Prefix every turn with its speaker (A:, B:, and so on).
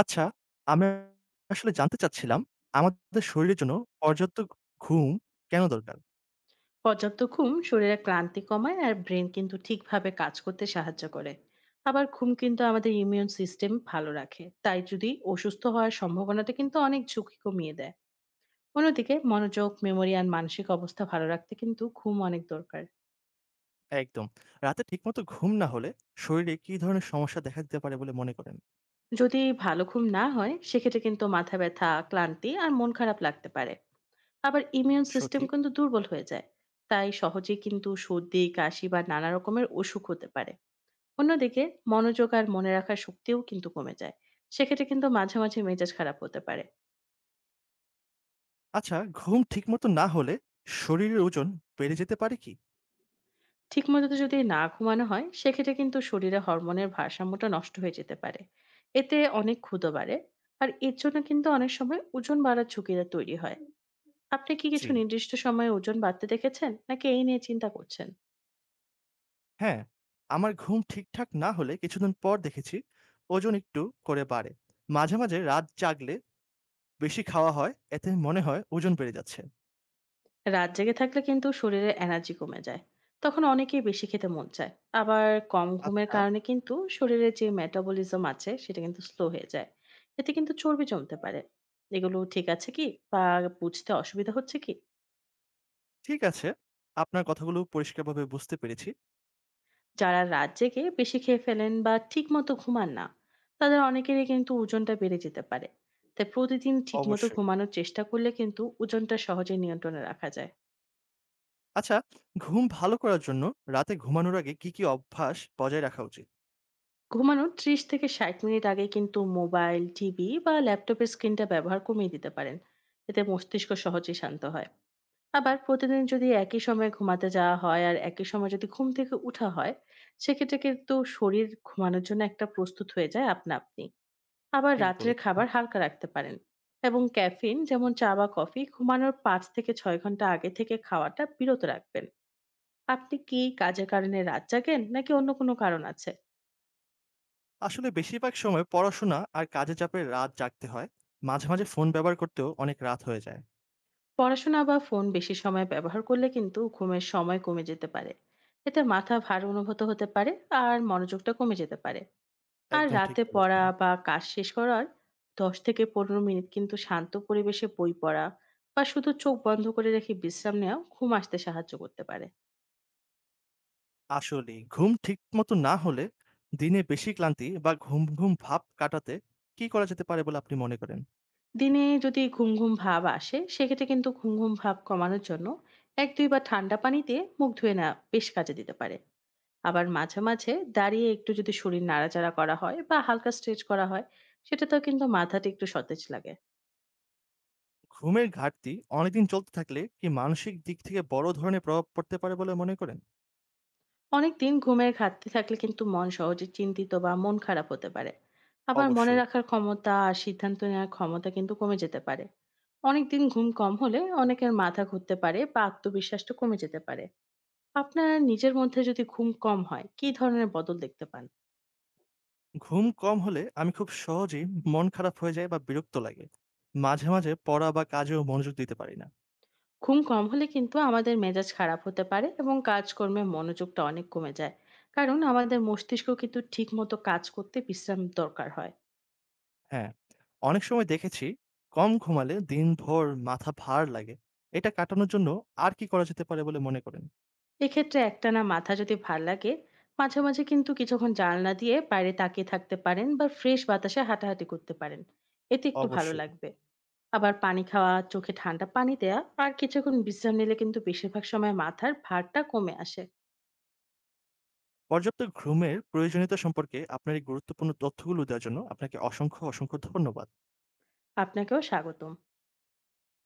A: আচ্ছা, আমি আসলে জানতে চাচ্ছিলাম, আমাদের শরীরের জন্য পর্যাপ্ত ঘুম কেন দরকার?
B: পর্যাপ্ত ঘুম শরীরে ক্লান্তি কমায় আর ব্রেন কিন্তু ঠিকভাবে কাজ করতে সাহায্য করে। আবার ঘুম কিন্তু আমাদের ইমিউন সিস্টেম ভালো রাখে, তাই যদি অসুস্থ হওয়ার সম্ভাবনাটা কিন্তু অনেক ঝুঁকি কমিয়ে দেয়। অন্যদিকে মনোযোগ, মেমোরি আর মানসিক অবস্থা ভালো রাখতে কিন্তু ঘুম অনেক দরকার।
A: একদম। রাতে ঠিকমতো ঘুম না হলে শরীরে কী ধরনের সমস্যা দেখা দিতে পারে বলে মনে করেন?
B: যদি ভালো ঘুম না হয়, সেক্ষেত্রে কিন্তু মাথা ব্যথা, ক্লান্তি আর মন খারাপ লাগতে পারে। আবার ইমিউন সিস্টেম
A: সঠিক।
B: কিন্তু দুর্বল হয়ে যায়। তাই সহজে কিন্তু সর্দি, কাশি বা নানা রকমের অসুখ হতে পারে। অন্যদিকে মনোযোগ আর মনে রাখার শক্তিও কিন্তু কমে যায়। সেক্ষেত্রে কিন্তু মাঝে মাঝে মেজাজ খারাপ হতে পারে।
A: আচ্ছা, ঘুম ঠিকমতো না হলে শরীরের ওজন বেড়ে যেতে পারে কি?
B: ঠিকমতো তো যদি না ঘুমানো হয়, সেক্ষেত্রে কিন্তু শরীরে হরমোনের ভারসাম্যটা নষ্ট হয়ে যেতে পারে। এতে অনেক ক্ষুধা বাড়ে। আর এর জন্য কিন্তু অনেক সময় ওজন বাড়ার ঝুঁকিটা তৈরি হয়। আপনি কি কিছু
A: জি,
B: নির্দিষ্ট সময়ে ওজন বাড়তে দেখেছেন, নাকি এই নিয়ে চিন্তা করছেন?
A: হ্যাঁ। আমার ঘুম ঠিকঠাক না হলে কিছুদিন পর দেখেছি ওজন একটু করে বাড়ে। মাঝে, মাঝে রাত জাগলে বেশি খাওয়া হয়, এতে মনে হয় ওজন বেড়ে যাচ্ছে।
B: রাত জেগে থাকলে কিন্তু শরীরে এনার্জি কমে যায়। তখন অনেকেই বেশি খেতে মন চায়। আবার কম ঘুমের
A: আচ্ছা,
B: কারণে কিন্তু শরীরে যে মেটাবলিজম আছে সেটা কিন্তু স্লো হয়ে যায়। এতে কিন্তু চর্বি জমতে পারে। এগুলো ঠিক আছে কি, বা বুঝতে অসুবিধা হচ্ছে কি?
A: ঠিক আছে। আপনার কথাগুলো পরিষ্কারভাবে বুঝতে পেরেছি।
B: যারা রাত জেগে বেশি খেয়ে ফেলেন বা ঠিক মতো ঘুমান না, তাদের অনেকেরই কিন্তু ওজনটা বেড়ে যেতে পারে। তাই প্রতিদিন ঠিক মতো
A: অবশ্যই।
B: ঘুমানোর চেষ্টা করলে কিন্তু ওজনটা সহজে নিয়ন্ত্রণে রাখা যায়।
A: আচ্ছা, ঘুম ভালো করার জন্য রাতে ঘুমানোর আগে কি, কি অভ্যাস বজায় রাখা উচিত?
B: ঘুমানোর ৩০ থেকে ৬০ মিনিট আগে কিন্তু মোবাইল, টিভি বা ল্যাপটপের স্ক্রিনটা ব্যবহার কমিয়ে দিতে পারেন। এতে মস্তিষ্ক সহজেই শান্ত হয়। আবার প্রতিদিন যদি একই সময়ে ঘুমাতে যাওয়া হয় আর একই সময় যদি ঘুম থেকে উঠা হয়, সেক্ষেত্রে কিন্তু শরীর ঘুমানোর জন্য একটা প্রস্তুত হয়ে যায় আপনা আপনি। আবার
A: ঠিক
B: রাত্রের
A: বলেছেন।
B: খাবার হালকা রাখতে পারেন, এবং ক্যাফিন যেমন চা বা কফি ঘুমানোর ৫ থেকে ৬ ঘন্টা আগে থেকে খাওয়াটা বিরত রাখবেন। আপনি কি কাজের কারণে রাত জাগেন, নাকি অন্য কোনো কারণ আছে?
A: আসলে বেশিরভাগ সময় পড়াশোনা আর কাজের চাপে রাত জাগতে হয়। মাঝে, মাঝে ফোন ব্যবহার করতেও অনেক রাত হয়ে যায়।
B: পড়াশোনা বা ফোন বেশি সময় ব্যবহার করলে কিন্তু ঘুমের সময় কমে যেতে পারে। এতে মাথা ভার অনুভূত হতে পারে। আর মনোযোগটা কমে যেতে পারে। আর
A: একদম ঠিক
B: রাতে পড়া
A: বলেছেন।
B: বা কাজ শেষ করার ১০ থেকে ১৫ মিনিট কিন্তু শান্ত পরিবেশে বই পড়া বা শুধু চোখ বন্ধ করে রেখে বিশ্রাম নেওয়া ঘুম আসতে সাহায্য করতে পারে।
A: আসলেই ঘুম ঠিকমতো না হলে দিনে বেশি ক্লান্তি বা ঘুম, ঘুম ভাব কাটাতে কি করা যেতে পারে বলে আপনি মনে করেন?
B: দিনে যদি ঘুম ঘুম ভাব আসে, সেক্ষেত্রে কিন্তু ঘুম ঘুম ভাব কমানোর জন্য এক দুইবার ঠান্ডা পানিতে মুখ ধুয়ে নেওয়া বেশ কাজে দিতে পারে। আবার মাঝে, মাঝে দাঁড়িয়ে একটু যদি শরীর নাড়াচাড়া করা হয় বা হালকা স্ট্রেচ করা হয়, সেটাতেও কিন্তু মাথাটা একটু সতেজ লাগে।
A: ঘুমের ঘাটতি অনেকদিন চলতে থাকলে কি মানসিক দিক থেকে বড় ধরনের প্রভাব পড়তে পারে বলে মনে করেন?
B: অনেকদিন ঘুমের ঘাটতি থাকলে কিন্তু মন সহজে চিন্তিত বা মন খারাপ হতে পারে। আবার মনে
A: অবশ্যই।
B: রাখার ক্ষমতা আর সিদ্ধান্ত নেওয়ার ক্ষমতা কিন্তু কমে যেতে পারে। অনেকদিন ঘুম কম হলে অনেকের মাথা ঘুরতে পারে বা আত্মবিশ্বাসটা কমে যেতে পারে। আপনার নিজের মধ্যে যদি ঘুম কম হয়, কী ধরনের বদল দেখতে পান?
A: ঘুম কম হলে আমি খুব সহজেই মন খারাপ হয়ে যায় বা বিরক্ত লাগে। মাঝে মাঝে পড়া বা কাজেও মনোযোগ দিতে পারি না।
B: ঘুম কম হলে কিন্তু আমাদের মেজাজ খারাপ হতে পারে, এবং কাজকর্মে মনোযোগটা অনেক কমে যায়। কারণ আমাদের মস্তিষ্ক কিন্তু ঠিক মতো কাজ করতে বিশ্রাম দরকার হয়।
A: হ্যাঁ, অনেক সময় দেখেছি কম ঘুমালে দিনভর মাথা ভার লাগে। এটা কাটানোর জন্য আর কি করা যেতে পারে বলে মনে করেন?
B: এক্ষেত্রে একটানা মাথা যদি ভাল লাগে, মাঝে মাঝে কিন্তু কিছুক্ষণ জানলা দিয়ে বাইরে তাকিয়ে থাকতে পারেন বা ফ্রেশ বাতাসে হাঁটাহাঁটি করতে পারেন। এতে একটু ভালো
A: অবশ্যই।
B: লাগবে। আবার পানি খাওয়া, চোখে ঠান্ডা পানি দেয়া আর কিছুক্ষণ বিশ্রাম নিলে কিন্তু বেশিরভাগ সময় মাথার ভারটা কমে আসে।
A: পর্যাপ্ত ঘুমের প্রয়োজনীয়তা সম্পর্কে আপনার এই গুরুত্বপূর্ণ তথ্যগুলো দেওয়ার জন্য আপনাকে অসংখ্য অসংখ্য ধন্যবাদ।
B: আপনাকেও স্বাগতম।